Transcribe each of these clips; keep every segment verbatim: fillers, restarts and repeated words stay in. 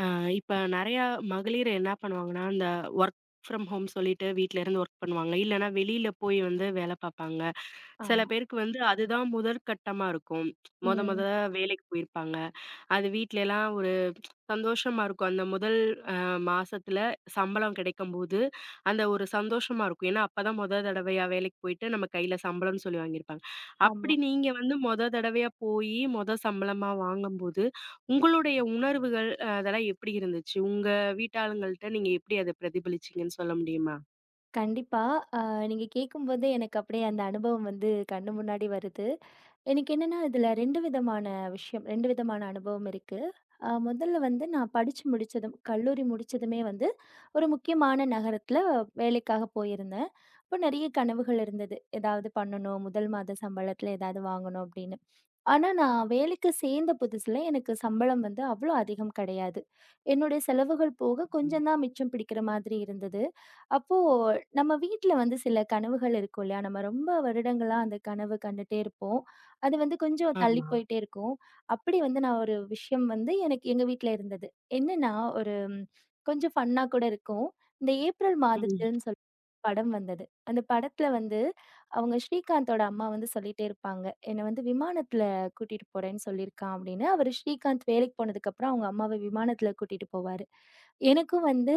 அ இப்ப நெறையா மகளிர் என்ன பண்ணுவாங்கன்னா, இந்த ஒர்க் ஃப்ரம் ஹோம் சொல்லிட்டு வீட்ல இருந்து ஒர்க் பண்ணுவாங்க. இல்லன்னா வெளியில போய் வந்து வேல பாப்பாங்க. சில ஆமா. பேருக்கு வந்து அதுதான் முதற்கட்டமா இருக்கும். மொத மொத ம். வேலைக்கு போயிருப்பாங்க. அது வீட்லலாம் ஒரு சந்தோஷமா இருக்கும். அந்த முதல் அ மாசத்துல சம்பளம் கிடைக்கும்போது, அந்த ஒரு சந்தோஷமா இருக்கும். ஏன்னா, அப்பதான் மொத தடவையா வேலைக்கு போயிட்டு நம்ம கையில சம்பளம்னு சொல்லி வாங்கியிருப்பாங்க. ஆமா. அப்படி நீங்க வந்து மொத தடவையா போயி, மொத சம்பளமா வாங்கும்போது, உங்களுடைய உணர்வுகள் அ அதெல்லாம் எப்படி இருந்துச்சு? உங்க வீட்டாளுங்கள்ட்ட நீங்க எப்படி அத பிரதிபலிச்சீங்கன்னு சொல்ல முடியுமா? கண்டிப்பா. அ நீங்க கேட்கும்போதே எனக்கு அப்படியே அந்த அனுபவம் வந்து கண்ணு முன்னாடி வருது. எனக்கு என்னன்னா, இதுல ரெண்டு விதமான விஷயம் ரெண்டு விதமான அனுபவம் இருக்கு. அ முதல்ல வந்து நான் படிச்சு முடிச்சதும் கல்லூரி முடிச்சதுமே வந்து ஒரு முக்கியமான நகரத்துல வேலைக்காக போயிருந்தேன். அப்போ நெறைய கனவுகள் இருந்தது. ஏதாவது பண்ணணும், முதல் மாத சம்பளத்துல ஏதாவது வாங்கணும் அப்படின்னு. ஆனா, நான் வேலைக்கு சேர்ந்த புதுசுல எனக்கு சம்பளம் வந்து அவ்ளோ அதிகம் கிடையாது. என்னுடைய செலவுகள் போக ம். கொஞ்சம் தான் மிச்சம் பிடிக்கிற மாதிரி இருந்தது. அப்போ நம்ம வீட்ல வந்து சில கனவுகள் இருக்கும் இல்லையா? நம்ம ரொம்ப வருடங்களா அந்த கனவு கண்டுட்டே இருப்போம். அது வந்து கொஞ்சம் தள்ளி ஆமா. போயிட்டே இருக்கும். அப்படி வந்து நான் ஒரு விஷயம் வந்து எனக்கு எங்க வீட்ல இருந்தது. என்னன்னா, ஒரு ம், கொஞ்சம் ஃபன்னா கூட இருக்கும். இந்த ஏப்ரல் ம். மாதத்தில்ன்னு சொல்லி படம் வந்தது. அந்த படத்துல வந்து அவங்க ஸ்ரீகாந்தோட அம்மா வந்து சொல்லிட்டே இருப்பாங்க. என்ன வந்து விமானத்துல கூட்டிட்டு போறேன்னு சொல்லியிருக்கான் அப்படின்னு, அவரு ஸ்ரீகாந்த் வேலைக்கு போனதுக்கப்புறம் அவங்க அம்மாவ விமானத்துல கூட்டிட்டு போவாரு. எனக்கும் வந்து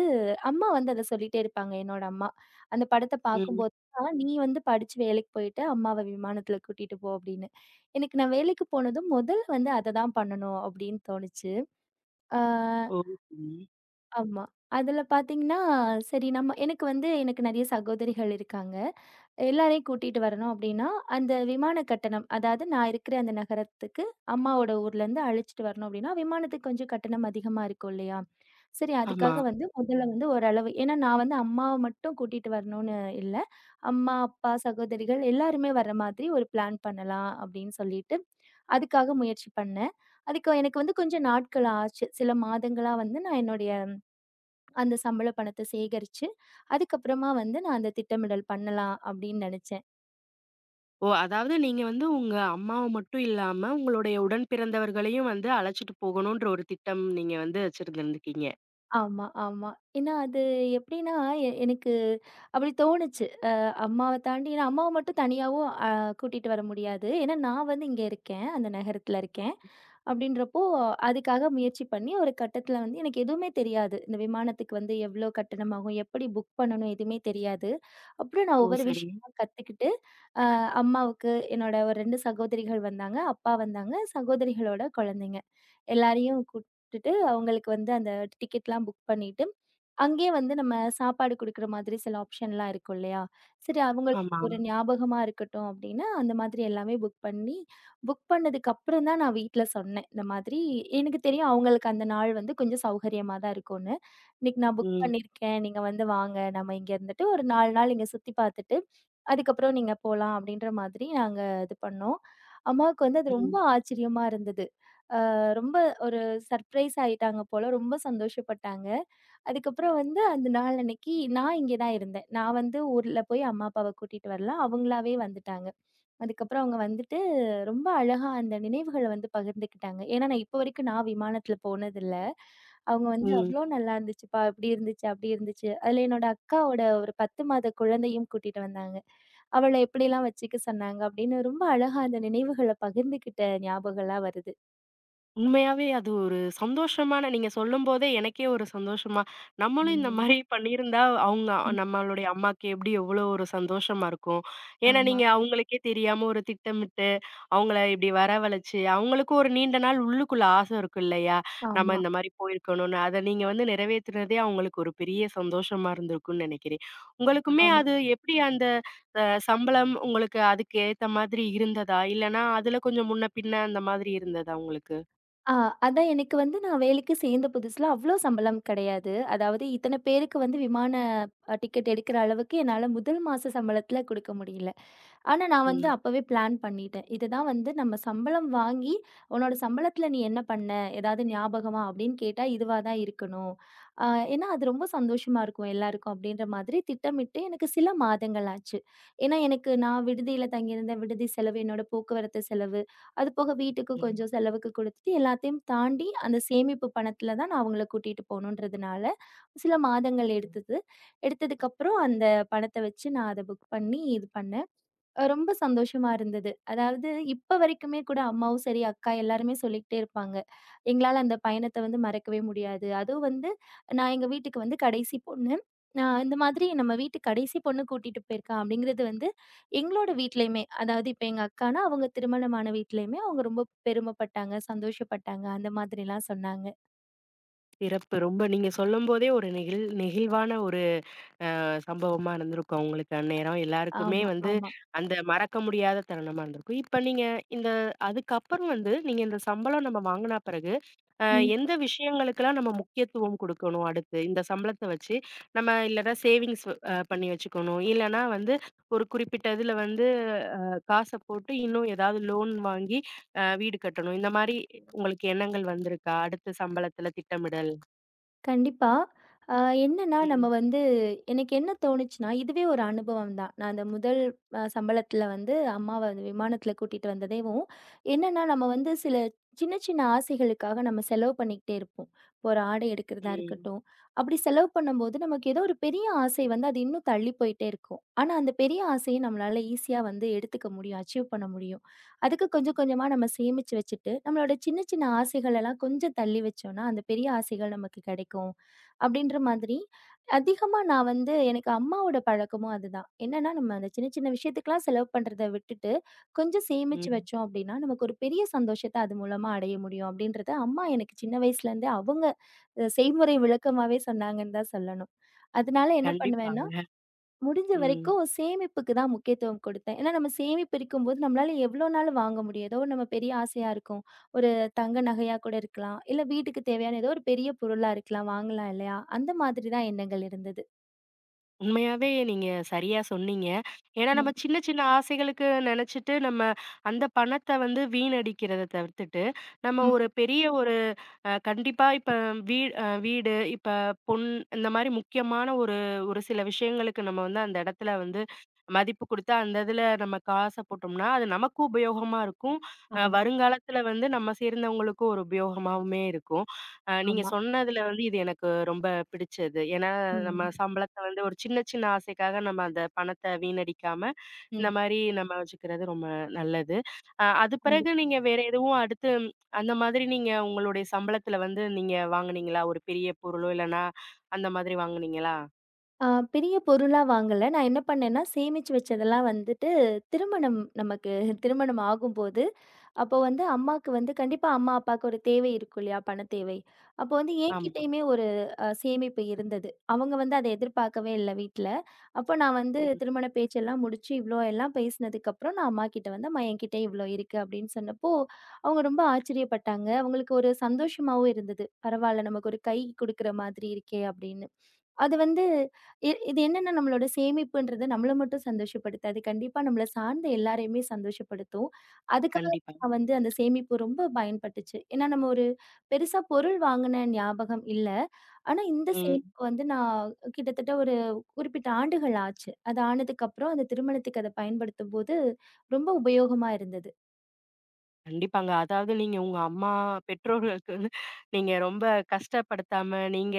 அம்மா வந்து அத சொல்லிட்டே இருப்பாங்க, என்னோட அம்மா. அந்த படத்த ம். பார்க்கும்போது தான், "நீ வந்து படிச்சு வேலைக்கு போயிட்டு, அம்மாவ விமானத்துல கூட்டிட்டு போ" அப்படின்னு. எனக்கு நான் வேலைக்கு போனதும் முதல்ல வந்து அத தான் பண்ணணும் அப்படின்னு தோணுச்சு. ஆ ஓ! ம். ஆமா. அதுல பார்த்தீங்கன்னா, சரி நம்ம எனக்கு வந்து எனக்கு நெறைய சகோதரிகள் இருக்காங்க. எல்லாரையும் கூட்டிட்டு வரணும் அப்டின்னா, அந்த விமான கட்டணம், அதாவது நான் இருக்கிற அந்த நகரத்துக்கு அம்மாவோட ஊர்லேருந்து அழைச்சிட்டு வரணும் அப்டின்னா, விமானத்துக்கு கொஞ்சம் கட்டணம் அதிகமா இருக்கும் இல்லையா? சரி ஆமா. அதுக்காக வந்து முதல்ல வந்து ஓரளவு ஏன்னா நான் வந்து அம்மாவ மட்டும் கூட்டிட்டு வரணும்னு இல்ல. அம்மா, அப்பா, சகோதரிகள் எல்லாருமே வர்ற மாதிரி ஒரு பிளான் பண்ணலாம் அப்டின்னு சொல்லிட்டு, அதுக்காக முயற்சி பண்ணேன். அதுக்கு எனக்கு வந்து கொஞ்சம் நாட்கள் ஆச்சு. சில மாதங்களா வந்து நான் என்னுடைய அந்த சம்பள பணத்த சேகரிச்சு, அதுக்கப்புறமா வந்து நான் அந்த திட்டமிடல் பண்ணலாம் அப்டின்னு நெனச்சேன். ஓ! அதாவது நீங்க வந்து உங்க அம்மாவ மட்டும் இல்லாம, உங்களுடைய உடன் பிறந்தவர்களையும் வந்து அழைச்சிட்டு போகணுன்ற ஒரு திட்டம் நீங்க வந்து வச்சிருந்திருந்துருக்கீங்க. ஆமா, ஆமா. ஏன்னா அது எப்படின்னா, எ எனக்கு அப்படி தோணுச்சு. அ அம்மாவ தாண்டி ஏன்னா அம்மாவ மட்டும் தனியாவும் அ கூட்டிட்டு வர முடியாது. ஏன்னா நான் வந்து இங்க இருக்கேன். அந்த நகரத்துல இருக்கேன். அப்படின்றப்போ, அதுக்காக முயற்சி பண்ணி ஒரு கட்டத்துல வந்து எனக்கு எதுவுமே தெரியாது. இந்த விமானத்துக்கு வந்து எவ்வளோ கட்டணம் ஆகும்? எப்படி புக் பண்ணணும்? எதுவுமே தெரியாது. அப்புறம் நான் ஓ! ஒவ்வொரு சரி. விஷயமா கத்துக்கிட்டு, அ அம்மாவுக்கு என்னோட ஒரு ரெண்டு சகோதரிகள் வந்தாங்க. அப்பா வந்தாங்க. சகோதரிகளோட குழந்தைங்க. எல்லாரையும் கூட் விட்டுட்டு, அவங்களுக்கு வந்து அந்த டிக்கெட்லாம் புக் பண்ணிட்டு, அங்கேயே வந்து நம்ம சாப்பாடு குடுக்குற மாதிரி சில ஆப்ஷன்லாம் இருக்கும் இல்லையா? சரி அவங்களுக்கு ஆமா. ஒரு ஞாபகமா இருக்கட்டும் அப்டின்னு, அந்த மாதிரி எல்லாமே புக் பண்ணி, புக் பண்ணதுக்கப்புறம் தான் நான் வீட்ல சொன்னேன். இந்த மாதிரி எனக்கு தெரியும் அவங்களுக்கு அந்த நாள் வந்து கொஞ்சம் சௌகரியமா தான் இருக்கும்னு. இன்னைக்கு நான் புக் ம். பண்ணியிருக்கேன். நீங்க வந்து வாங்க. நம்ம இங்க இருந்துட்டு ஒரு நாலு நாள் இங்க சுத்தி பார்த்துட்டு, அதுக்கப்புறம் நீங்க போலாம் அப்டின்ற மாதிரி நாங்க இது பண்ணோம். அம்மாவுக்கு வந்து அது ரொம்ப ம். ஆச்சரியமா இருந்தது. ரொம்ப ஒரு சர்ப்ரைஸ் ஆயிட்டாங்க போல. ரொம்ப சந்தோஷப்பட்டாங்க. அதுக்கப்புறம் வந்து அந்த நாள் அன்னைக்கு நான் இங்கே தான் இருந்தேன். நான் வந்து ஊர்ல போய் அம்மா, அப்பாவ கூட்டிட்டு வரல. அவங்களாவே வந்துட்டாங்க. அதுக்கப்புறம் அவங்க வந்துட்டு ரொம்ப அழகா அந்த நினைவுகள வந்து பகிர்ந்துக்கிட்டாங்க. ஏன்னா, நான் இப்போ வரைக்கும் நான் விமானத்தில போனதில்ல. அவங்க வந்து ம். "அவ்ளோ நல்லா இருந்துச்சுப்பா. இப்படி இருந்துச்சு, அப்படி இருந்துச்சு." அதில என்னோட அக்காவோட ஒரு பத்து மாத குழந்தையும் கூட்டிட்டு வந்தாங்க. அவள எப்படிலாம் வச்சுக்க சொன்னாங்க அப்படின்னு ரொம்ப அழகா அந்த நினைவுகள பகிர்ந்துக்கிட்ட ஞாபகம்லாம் வருது. உண்மையாவே அது ஒரு சந்தோஷமான நீங்க சொல்லும்போதே எனக்கே ஒரு சந்தோஷமா, நம்மளும் இந்த ம். மாரி பண்ணியிருந்தா, அவுங்க நம்மளுடைய அம்மாக்கு எப்டி எவ்வளோ ஒரு சந்தோஷமா இருக்கும். ஏன்னா, ஆமா. நீங்க அவுங்களுக்கே தெரியாம ஒரு திட்டமிட்டு அவங்கள இப்படி வரவழைச்சு, அவங்களுக்கும் ஒரு நீண்ட நாள் உள்ளுக்குள்ள ஆசை இருக்கும் இல்லையா? நம்ம ஆமா, இந்த மாரி போயிருக்கணும்னு. அத நீங்க வந்து நிறைவேத்துனதே அவங்களுக்கு ஒரு பெரிய சந்தோஷமா இருந்திருக்கும்னு நினைக்கிறேன். உங்களுக்குமே ஆமா. அது எப்படி அந்த அ சம்பளம் உங்களுக்கு அதுக்கு ஏத்த மாதிரி இருந்ததா? இல்லன்னா அதுல கொஞ்சம் முன்ன பின்ன அந்த மாதிரி இருந்ததா உங்களுக்கு? ஆ அதான் எனக்கு வந்து நான் வேலைக்கு சேர்ந்த புதுசுல அவ்ளோ சம்பளம் கிடையாது. அதாவது இத்தன பேருக்கு வந்து விமான அ டிக்கெட் எடுக்கிற அளவுக்கு என்னால முதல் மாச சம்பளத்துல குடுக்க முடியல. ஆனா, நான் வந்து ம். அப்பவே பிளான் பண்ணிட்டேன். இதுதான் வந்து நம்ம சம்பளம் வாங்கி, "உன்னோட சம்பளத்துல நீ என்ன பண்ண? ஏதாவது ஞாபகமா?" அப்படின்னு கேட்டா, இதுவா தான் இருக்கணும். அ ஏன்னா, அது ரொம்ப சந்தோஷமா இருக்கும் எல்லாருக்கும் அப்படின்ற மாதிரி திட்டமிட்டு எனக்கு சில மாதங்கள் ஆச்சு. ஏன்னா, எனக்கு நான் விடுதியில தங்கியிருந்த விடுதி செலவு, என்னோட போக்குவரத்து செலவு, அது போக வீட்டுக்கு ம். கொஞ்சம் செலவுக்கு கொடுத்துட்டு, எல்லாத்தையும் தாண்டி அந்த சேமிப்பு பணத்துல தான் நான் அவங்கள கூட்டிட்டு போகணுன்றதுனால, சில மாதங்கள் ம். எடுத்தது. எடுத்ததுக்கப்புறம் அந்த பணத்த வச்சு நான் அத புக் பண்ணி இது பண்ணேன். அ ரொம்ப சந்தோஷமா இருந்தது. அதாவது இப்ப வரைக்குமே கூட அம்மாவும் சரி, அக்கா எல்லாருமே சொல்லிக்கிட்டே இருப்பாங்க. எங்களால அந்த பயணத்த வந்து மறக்கவே முடியாது. அதுவும் வந்து நான் எங்க வீட்டுக்கு வந்து கடைசி பொண்ணு. அ இந்த மாதிரி நம்ம வீட்டு கடைசி பொண்ணு கூட்டிட்டு போயிருக்கா அப்படிங்கிறது வந்து எங்களோட வீட்லயுமே, அதாவது இப்ப எங்க அக்கானா அவங்க திருமணமான வீட்லயுமே அவங்க ரொம்ப பெருமைப்பட்டாங்க, சந்தோஷப்பட்டாங்க. அந்த மாதிரிலாம் சொன்னாங்க. சிறப்பு. ரொம்ப நீங்க சொல்லும்போதே ஒரு நெகிழ் நெகிழ்வான ஒரு சம்பவமா நடந்திருக்கும் அவங்களுக்கு அந்நேரம். எல்லாருக்குமே ஆமா, வந்து ஆமா. அந்த மறக்க முடியாத தருணமா இருந்திருக்கும். இப்ப நீங்க இந்த அதுக்கப்புறம் வந்து நீங்க இந்த சம்பளம் நம்ம வாங்குன பிறகு, அ ம். எந்த விஷயங்களுக்கெல்லாம் நம்ம முக்கியத்துவம் குடுக்கணும் அடுத்து? இந்த சம்பளத்த வச்சு நம்ம இல்லன்னா சேவிங்ஸ் அ பண்ணி வச்சுக்கணும். இல்லன்னா வந்து ஒரு குறிப்பிட்ட இதுல வந்து காச போட்டு இன்னும் ஏதாவது லோன் வாங்கி அ வீடு கட்டணும். இந்த மாரி உங்களுக்கு எண்ணங்கள் வந்திருக்கா? அடுத்த சம்பளத்துல திட்டமிடல்? கண்டிப்பா. அ என்னன்னா, நம்ம ம், வந்து எனக்கு என்ன தோணுச்சுன்னா, இதுவே ஒரு அனுபவம் தான். நான் அந்த முதல் அ சம்பளத்தில வந்து அம்மாவ அந்த விமானத்தில கூட்டிட்டு வந்ததேவும், என்னன்னா நம்ம வந்து சில சின்ன சின்ன ஆசைகளுக்காக நம்ம செலவு பண்ணிக்கிட்டே இருப்போம். இப்போ ஒரு ஆடை எடுக்கிறதா ம், இருக்கட்டும், அப்படி செலவு பண்ணும்போது நமக்கு ஏதோ ஒரு பெரிய ஆசை வந்து அது இன்னும் தள்ளி போயிட்டே இருக்கும். ஆனா அந்த பெரிய ஆசைய நம்மளால ஈஸியா வந்து எடுத்துக்க முடியும், அச்சீவ் பண்ண முடியும். அதுக்கு கொஞ்சம் கொஞ்சமா நம்ம சேமிச்சு வச்சுட்டு, நம்மளோட சின்ன சின்ன ஆசைகள் எல்லாம் கொஞ்சம் தள்ளி வச்சோம்னா, அந்த பெரிய ஆசைகள் நமக்கு கிடைக்கும். அப்படின்ற மாதிரி, அதிகமா நான் வந்து எனக்கு அம்மாவோட பழக்கமும் அதுதான். என்னன்னா, நம்ம அந்த சின்ன சின்ன விஷயத்துக்கெல்லாம் செலவு பண்றத விட்டுட்டு, கொஞ்சம் சேமிச்சு ம். வச்சோம் அப்படின்னா, நமக்கு ஒரு பெரிய சந்தோஷத்த அது மூலமா அடைய முடியும் அப்படின்றத அம்மா எனக்கு சின்ன வயசுலேருந்தே அவங்க அ செய்முறை விளக்கமாவே சொன்னாங்கன்னு தான் சொல்லணும். அதனால என்ன பண்ணுவேன்னா கண்டிப்பாங்க. முடிஞ்ச ம். வரைக்கும் சேமிப்புக்கு தான் முக்கியத்துவம் கொடுத்தேன். ஏன்னா நம்ம சேமிப்பு இருக்கும்போது நம்மளால எவ்வளோ நாள் வாங்க முடியும்? ஏதோ நம்ம பெரிய ஆசையா இருக்கும். ஒரு தங்க நகையா கூட இருக்கலாம். இல்ல வீட்டுக்கு தேவையான ஏதோ ஒரு பெரிய பொருளா இருக்கலாம். வாங்கலாம் இல்லையா? அந்த மாதிரி தான் எண்ணங்கள் இருந்தது. உண்மையாவே நீங்க சரியா சொன்னீங்க. ஏன்னா, நம்ம ம். சின்ன சின்ன ஆசைகளுக்கு நெனச்சுட்டு, நம்ம அந்த பணத்த வந்து வீணடிக்கிறத தவிர்த்துட்டு, நம்ம ம். ஒரு பெரிய ஒரு அ கண்டிப்பா இப்ப வீ அ வீடு, இப்ப பொன் இந்த மாரி முக்கியமான ஒரு ஒரு சில விஷயங்களுக்கு நம்ம வந்து அந்த இடத்துல வந்து மதிப்பு குடுத்து, அந்த இதுல நம்ம காச போட்டோம்னா, அது நமக்கும் உபயோகமா இருக்கும். அ ஆமா, வருங்காலத்துல வந்து நம்ம சேர்ந்தவங்களுக்கும் ஒரு உபயோகமாவுமே இருக்கும். அ நீங்க ஆமா. சொன்னதுல வந்து இது எனக்கு ரொம்ப பிடிச்சது. ஏன்னா நம்ம ம். சம்பளத்த வந்து ஒரு சின்ன சின்ன ஆசைக்காக நம்ம அந்த பணத்த வீணடிக்காம, இந்த ம். மாரி நம்ம வச்சுக்கிறது ரொம்ப நல்லது. அ அது பிறகு கண்டிப் நீங்க வேற எதுவும் அடுத்து ம், அந்த மாதிரி நீங்க உங்களுடைய சம்பளத்துல வந்து நீங்க வாங்குனீங்களா? ஒரு பெரிய பொருளோ, இல்லன்னா அந்த மாதிரி வாங்குனீங்களா? ஆ பெரிய பொருளா வாங்கல. நான் என்ன பண்ணேன்னா, சேமிச்சு வச்சதெல்லாம் வந்துட்டு திருமணம் நமக்கு திருமணம் ஆகும்போது அப்போ வந்து அம்மாக்கு வந்து கண்டிப்பா அம்மா, அப்பாவுக்கு ஒரு தேவை இருக்கும் இல்லையா? பணத் தேவை. அப்போ வந்து ஆமா. என்கிட்டயுமே ஒரு அ சேமிப்பு இருந்தது. அவங்க வந்து அத எதிர்பார்க்கவே இல்ல வீட்ல. அப்போ நான் வந்து ம். திருமண பேச்செல்லாம் முடிச்சு, இவ்ளோ எல்லாம் பேசினதுக்கப்புறம் நான் அம்மாகிட்ட வந்து, "அம்மா என்கிட்ட இவ்ளோ இருக்கு" அப்படின்னு சொன்னப்போ, அவங்க ரொம்ப ஆச்சரியப்பட்டாங்க. அவங்களுக்கு ஒரு சந்தோஷமாவும் இருந்தது. "பரவால்ல, நமக்கு ஒரு கை குடுக்குற மாதிரி இருக்கே" அப்படின்னு. அது வந்து இ இது என்னன்னா நம்மளோட சேமிப்புன்றது நம்மள மட்டும் சந்தோஷப்படுத்தாது. கண்டிப்பா நம்மள சார்ந்த எல்லாரையுமே சந்தோஷப்படுத்தும். அதுக்காக கண்டிப்பா. நான் வந்து அந்த சேமிப்பு ரொம்ப பயன்பட்டுச்சு. ஏன்னா நம்ம ஒரு பெருசா பொருள் வாங்குன ஞாபகம் இல்ல. ஆனா இந்த ம். சேமிப்பு வந்து நான் கிட்டத்தட்ட ஒரு குறிப்பிட்ட ஆண்டுகள் ஆச்சு. அது ஆனதுக்கப்புறம் அந்த திருமணத்துக்கு அத பயன்படுத்தும்போது ரொம்ப உபயோகமா இருந்தது. கண்டிப்பாங்க. அதாவது நீங்க உங்க அம்மா, பெற்றோர்களுக்கு வந்து நீங்க ரொம்ப கஷ்டப்படுத்தாம, நீங்க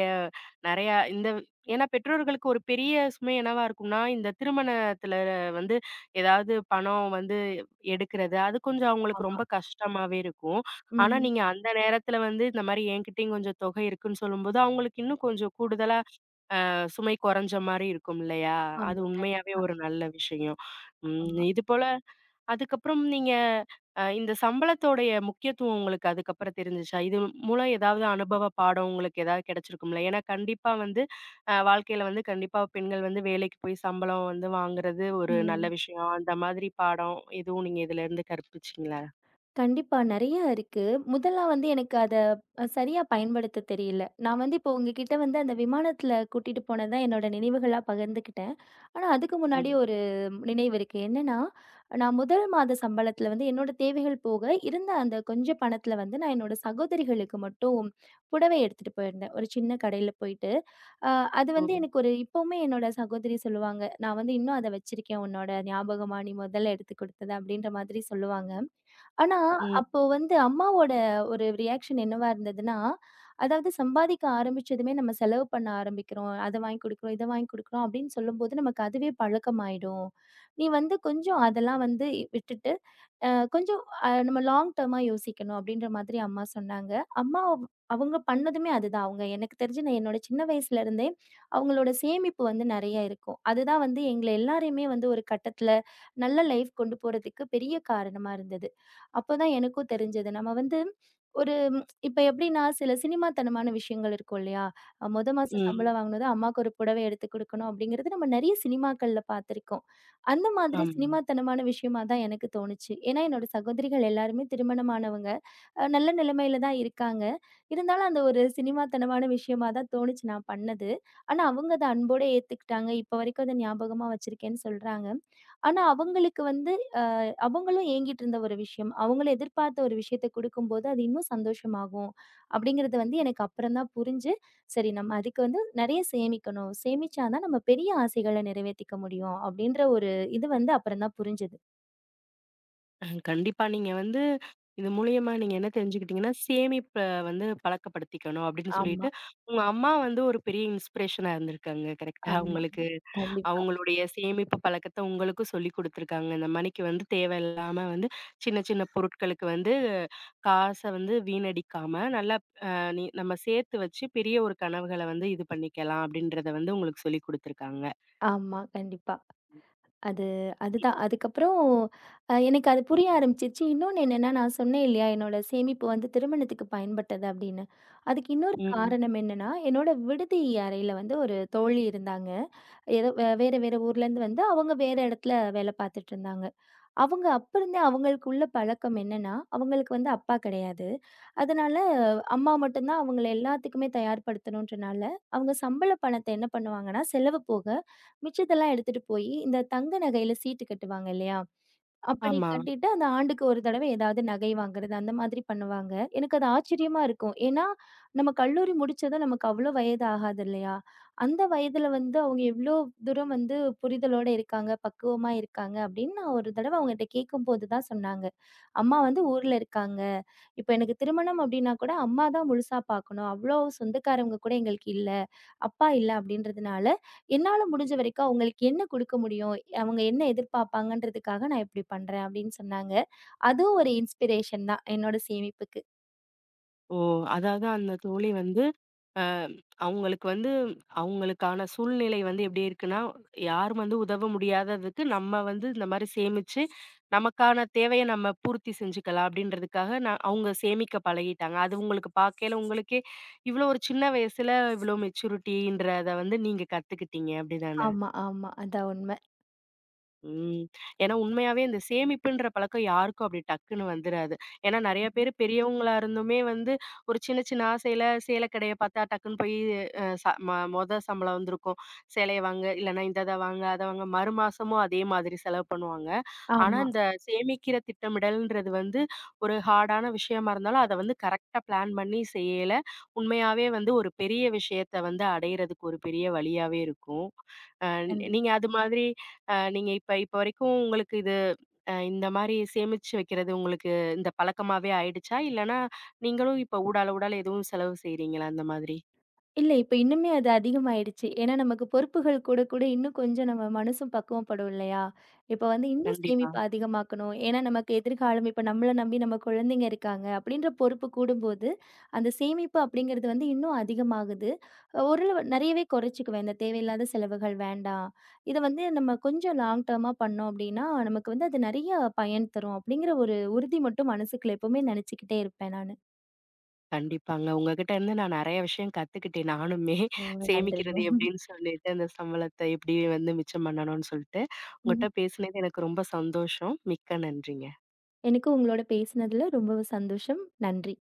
நெறையா இந்த ஏன்னா பெற்றோர்களுக்கு ஒரு பெரிய சுமை என்னவா இருக்கும்னா, இந்த திருமணத்துல வந்து ஏதாவது பணம் வந்து எடுக்கிறது, அது கொஞ்சம் அவங்களுக்கு ஆமா. ரொம்ப கஷ்டமாவே இருக்கும். ஆனா ம். நீங்க அந்த நேரத்துல வந்து இந்த மாரி என்கிட்டயும் கொஞ்சம் தொகை இருக்குன்னு சொல்லும்போது, அவங்களுக்கு இன்னும் கொஞ்சம் கூடுதலா அ சுமை கொறஞ்ச மாரி இருக்கும் இல்லையா? அது ஆமா. உண்மையாவே கண்டிப்பா. ஒரு நல்ல விஷயம். ம் ஆமா. இது போல அதுக்கப்புறம் நீங்க அ இந்த சம்பளத்தோடைய முக்கியத்துவம் உங்களுக்கு அதுக்கப்புறம் தெரிஞ்சுச்சா? இது மூலம் ஏதாவது அனுபவ பாடம் உங்களுக்கு ஏதாவது கிடைச்சிருக்கும்ல? ஏன்னா கண்டிப்பா வந்து அ வாழ்க்கையில வந்து கண்டிப்பா பெண்கள் வந்து வேலைக்கு போய் சம்பளம் வந்து வாங்குறது ஒரு நல்ல ம். விஷயம். அந்த மாதிரி பாடம் எதுவும் நீங்க இதுலருந்து கற்பிச்சீங்களா? கண்டிப்பா. நெறையா இருக்கு. முதல்ல வந்து எனக்கு அத அ சரியா பயன்படுத்த தெரியல. நான் வந்து இப்போ உங்ககிட்ட வந்து அந்த விமானத்துல கூட்டிட்டு போனது தான் என்னோட நினைவுகளா பகிர்ந்துக்கிட்டேன். ஆனா, அதுக்கு முன்னாடி ம். ஒரு நினைவு இருக்கு. என்னன்னா, நான் முதல் மாத சம்பளத்துல வந்து என்னோட தேவைகள் போக, இருந்த அந்த கொஞ்ச பணத்துல வந்து நான் என்னோட சகோதரிகளுக்கு மட்டும் புடவை எடுத்துட்டு போயிருந்தேன். ஒரு சின்ன கடையில போயிட்டு. அ அது ஓ! வந்து எனக்கு ஒரு இப்பவுமே என்னோட சகோதரி சொல்லுவாங்க. நான் வந்து இன்னும் அத வச்சிருக்கேன். உன்னோட ஞாபகமா நீ முதல்ல எடுத்து குடுத்தது, அப்படின்ற மாதிரி சொல்லுவாங்க. ஆனா, ம். அப்போ வந்து அம்மாவோட ஒரு ரியாக்ஷன் என்னவா இருந்ததுன்னா, அதாவது சம்பாதிக்க ஆரம்பிச்சதுமே நம்ம செலவு பண்ண ஆரம்பிக்கிறோம். அத வாங்கி குடுக்குறோம், இத வாங்கி குடுக்குறோம் அப்படின்னு சொல்லும்போது, நமக்கு அதுவே பழக்கமாயிடும். நீ வந்து கொஞ்சம் அதெல்லாம் வந்து விட்டுட்டு அ கொஞ்சம் அ நம்ம லாங் டர்மா யோசிக்கணும் அப்படின்ற மாதிரி அம்மா சொன்னாங்க. அம்மா அவ- அவங்க பண்ணதுமே அதுதான். அவங்க எனக்கு தெரிஞ்சு நான் என்னோட சின்ன வயசுல இருந்தே அவங்களோட சேமிப்பு வந்து நெறைய இருக்கும். அதுதான் வந்து எங்கள எல்லாரையுமே வந்து ஒரு கட்டத்துல நல்ல லைஃப் கொண்டு போறதுக்கு பெரிய காரணமா இருந்தது. அப்பதான் எனக்கும் தெரிஞ்சது. நம்ம வந்து ஒரு ம், இப்ப எப்படின்னா, சில சினிமாத்தனமான விஷயங்கள் இருக்கும் இல்லையா? அ மொத மாசம் ம். சம்பளம் வாங்குனதும் அம்மாக்கு ஒரு புடவை எடுத்து குடுக்கணும் அப்படிங்கிறது நம்ம நெறைய சினிமாக்கள்ல பார்த்திருக்கோம். அந்த மாதிரி ஆமா. சினிமாத்தனமான விஷயமா தான் எனக்கு தோணுச்சு. ஏன்னா, என்னோட சகோதரிகள் எல்லாருமே திருமணமானவங்க. அ நல்ல நிலைமையில தான் இருக்காங்க. இருந்தாலும் அந்த ஒரு சினிமாத்தனமான விஷயமா தான் தோணுச்சு நான் பண்ணது. ஆனா, அவங்க அத அன்போட ஏத்துக்கிட்டாங்க. இப்ப வரைக்கும் அத ஞாபகமா வச்சிருக்கேன்னு சொல்றாங்க. ஆனா, அவங்களுக்கு வந்து அ அவங்களும் ஏங்கிட்டு இருந்த ஒரு விஷயம். அவங்களும் எதிர்பார்த்த ஒரு விஷயத்த குடுக்கும்போது, அது இன்னும் சந்தோஷமாகும். அப்படிங்கிறது வந்து எனக்கு அப்புறம் தான் புரிஞ்சு, சரி நம்ம அதுக்கு வந்து நெறைய சேமிக்கணும். சேமிச்சா தான் நம்ம பெரிய ஆசைகள நிறைவேத்திக்க முடியும். அப்படின்ற ஒரு இது வந்து அப்புறம் தான் புரிஞ்சது. அஹ் கண்டிப்பா. நீங்க வந்து இது மூலியமா நீங்க என்ன தெரிஞ்சுக்கிட்டீங்கன்னா, சேமிப்ப வந்து பழக்கப்படுத்திக்கணும் அப்படின்னு ஆமா, சொல்லிட்டு, உங்க அம்மா வந்து ஒரு பெரிய இன்ஸ்பிரேஷனா இருந்திருக்காங்க. கரெக்ட்டா? ஆமா. உங்களுக்கு கண்டிப்பா. அவங்களுடைய சேமிப்பு பழக்கத்த உங்களுக்கும் சொல்லிக் குடுத்துருக்காங்க. இந்த மணிக்கு வந்து தேவையில்லாம வந்து சின்ன சின்ன பொருட்களுக்கு வந்து காச வந்து வீணடிக்காம, நல்லா அ நீ நம்ம சேர்த்து வச்சு பெரிய ஒரு கனவுகள வந்து இது பண்ணிக்கலாம் அப்படின்றத வந்து உங்களுக்கு சொல்லிக் குடுத்துருக்காங்க. ஆமா, கண்டிப்பா. அது அதுதான். அதுக்கப்புறம் அ எனக்கு அது புரிய ஆரம்பிச்சுருச்சு. இன்னொன்னு என்னன்னா, நான் சொன்னேன் இல்லையா, என்னோட சேமிப்பு வந்து திருமணத்துக்கு பயன்பட்டது அப்படின்னு. அதுக்கு இன்னொரு ம். காரணம் என்னன்னா, என்னோட விடுதி அறையில வந்து ஒரு தோழி இருந்தாங்க. ஏதோ வே வேற வேற ஊர்லேருந்து வந்து அவங்க வேற இடத்துல வேலை பார்த்துட்டு இருந்தாங்க. அவங்க அப்ப இருந்தே அவங்களுக்குள்ள பழக்கம் என்னன்னா, அவங்களுக்கு வந்து அப்பா கிடையாது. அதனால அம்மா மட்டும் தான் அவங்கள எல்லாத்துக்குமே தயார்படுத்தணுன்றனால, அவங்க சம்பள பணத்த என்ன பண்ணுவாங்கன்னா, செலவு போக மிச்சத்தெல்லாம் எடுத்துட்டு போயி, இந்த தங்க நகையில சீட்டு கட்டுவாங்க இல்லையா? அப்படி ஆமா. கட்டிட்டு அந்த ஆண்டுக்கு ஒரு தடவை ஏதாவது நகை வாங்குறது, அந்த மாதிரி பண்ணுவாங்க. எனக்கு அது ஆச்சரியமா இருக்கும். ஏன்னா, நம்ம கல்லூரி முடிச்சதும் நமக்கு அவ்ளோ வயது ஆகாது இல்லையா? அந்த வயதுல வந்து அவங்க எவ்ளோ தூரம் வந்து புரிதலோட இருக்காங்க, பக்குவமா இருக்காங்க அப்படின்னு நான் ஒரு தடவை அவங்ககிட்ட கேட்கும்போது தான் சொன்னாங்க. அம்மா வந்து ஊர்ல இருக்காங்க. இப்ப எனக்கு திருமணம் அப்படின்னா கூட அம்மா தான் முழுசா பார்க்கணும். அவ்ளோ சொந்தக்காரவங்க கூட எங்களுக்கு இல்ல. அப்பா இல்ல அப்படின்றதுனால, என்னால முடிஞ்ச வரைக்கும் அவங்களுக்கு என்ன குடுக்க முடியும்? அவங்க என்ன எதிர்பார்ப்பாங்கன்றதுக்காக நான் இப்படி பண்றேன் அப்படின்னு சொன்னாங்க. அதுவும் ஒரு இன்ஸ்பிரேஷன் தான் என்னோட சேமிப்புக்கு. ஓ! அதாவது அந்த தோழி வந்து அ அவங்களுக்கு வந்து அவங்களுக்கான சூழ்நிலை வந்து எப்படி இருக்குன்னா, யாரும் வந்து உதவ முடியாததுக்கு நம்ம வந்து இந்த மாரி சேமிச்சு, நமக்கான தேவைய நம்ம பூர்த்தி செஞ்சுக்கலாம் அப்படின்றதுக்காக நான் அவங்க சேமிக்க பழகிட்டாங்க. அது உங்களுக்கு பார்க்கையில உங்களுக்கே இவ்வளோ ஒரு சின்ன வயசுல இவ்வளோ மெச்சூரிட்டின்றத வந்து நீங்க கத்துக்கிட்டீங்க. அப்படிதானே? ஆமா, ஆமா. அதான் உண்மை. ம். ஏன்னா உண்மையாவே இந்த சேமிப்புன்ற பழக்கம் யாருக்கும் அப்படி டக்குன்னு வந்துராது. ஏன்னா நெறைய பேரு பெரியவங்களா இருந்துமே வந்து ஒரு சின்ன சின்ன ஆசையில சேல கடைய பார்த்தா டக்குன்னு போய் அ ச ம மொத சம்பளம் வந்திருக்கும். சேலைய வாங்க, இல்லன்னா இந்த இத வாங்க, அத வாங்க மறு மாசமும் அதே மாதிரி செலவு பண்ணுவாங்க. ஆனா ஆமா. இந்த சேமிக்கிற திட்டமிடல்ன்றது வந்து ஒரு ஹார்டான விஷயமா இருந்தாலும், அத வந்து கரெக்ட்டா பிளான் பண்ணி செய்யல, உண்மையாவே வந்து ஒரு பெரிய விஷயத்த வந்து அடையறதுக்கு ஒரு பெரிய வழியாவே இருக்கும். அ கண்டிப்பா. நீங்க அது மாதிரி அ நீங்க இப்ப இப்ப வரைக்கும் உங்களுக்கு இது அ இந்த மாரி சேமிச்சு வைக்கிறது உங்களுக்கு இந்த பழக்கமாவே ஆயிடுச்சா? இல்லன்னா, நீங்களும் இப்ப ஊடால ஊடால எதுவும் செலவு செய்றீங்களா அந்த மாதிரி? இல்ல, இப்ப இன்னுமே அது அதிகமாயிடுச்சு. ஏன்னா நமக்கு பொறுப்புகள் கூட கூட இன்னும் கொஞ்சம் நம்ம மனசும் பக்குவப்படும் இல்லையா? இப்ப வந்து இன்னும் கண்டிப்பா, சேமிப்பு அதிகமாக்கணும். ஏன்னா நமக்கு எதிர்காலம் இப்ப நம்மள நம்பி நம்ம குழந்தைங்க இருக்காங்க அப்படின்ற பொறுப்பு கூடும்போது, அந்த சேமிப்பு அப்படிங்கிறது வந்து இன்னும் அதிகமாகுது. அஹ் ஒரு நெறையவே குறைச்சுக்குவேன். இந்த தேவையில்லாத செலவுகள் வேண்டாம். இத வந்து நம்ம கொஞ்சம் லாங் டர்மா பண்ணோம் அப்படின்னா, நமக்கு வந்து அது நெறைய பயன் தரும் அப்படிங்கிற ஒரு உறுதி மட்டும் மனசுக்குள்ள எப்பவுமே நெனச்சுக்கிட்டே இருப்பேன் நானு. கண்டிப்பாங்க. உங்ககிட்ட இருந்து நான் நெறைய விஷயம் கத்துக்கிட்டேன் நானுமே. ஓ! நன்றிங்க. சேமிக்கிறது எப்படின்னு சொல்லிட்டு, அந்த சம்பளத்த எப்படி வந்து மிச்சம் பண்ணணும்னு சொல்லிட்டு. உங்கட்ட ம். பேசினது எனக்கு ரொம்ப சந்தோஷம். மிக்க நன்றிங்க. எனக்கும் உங்களோட பேசினதுல ரொம்பவே சந்தோஷம். நன்றி.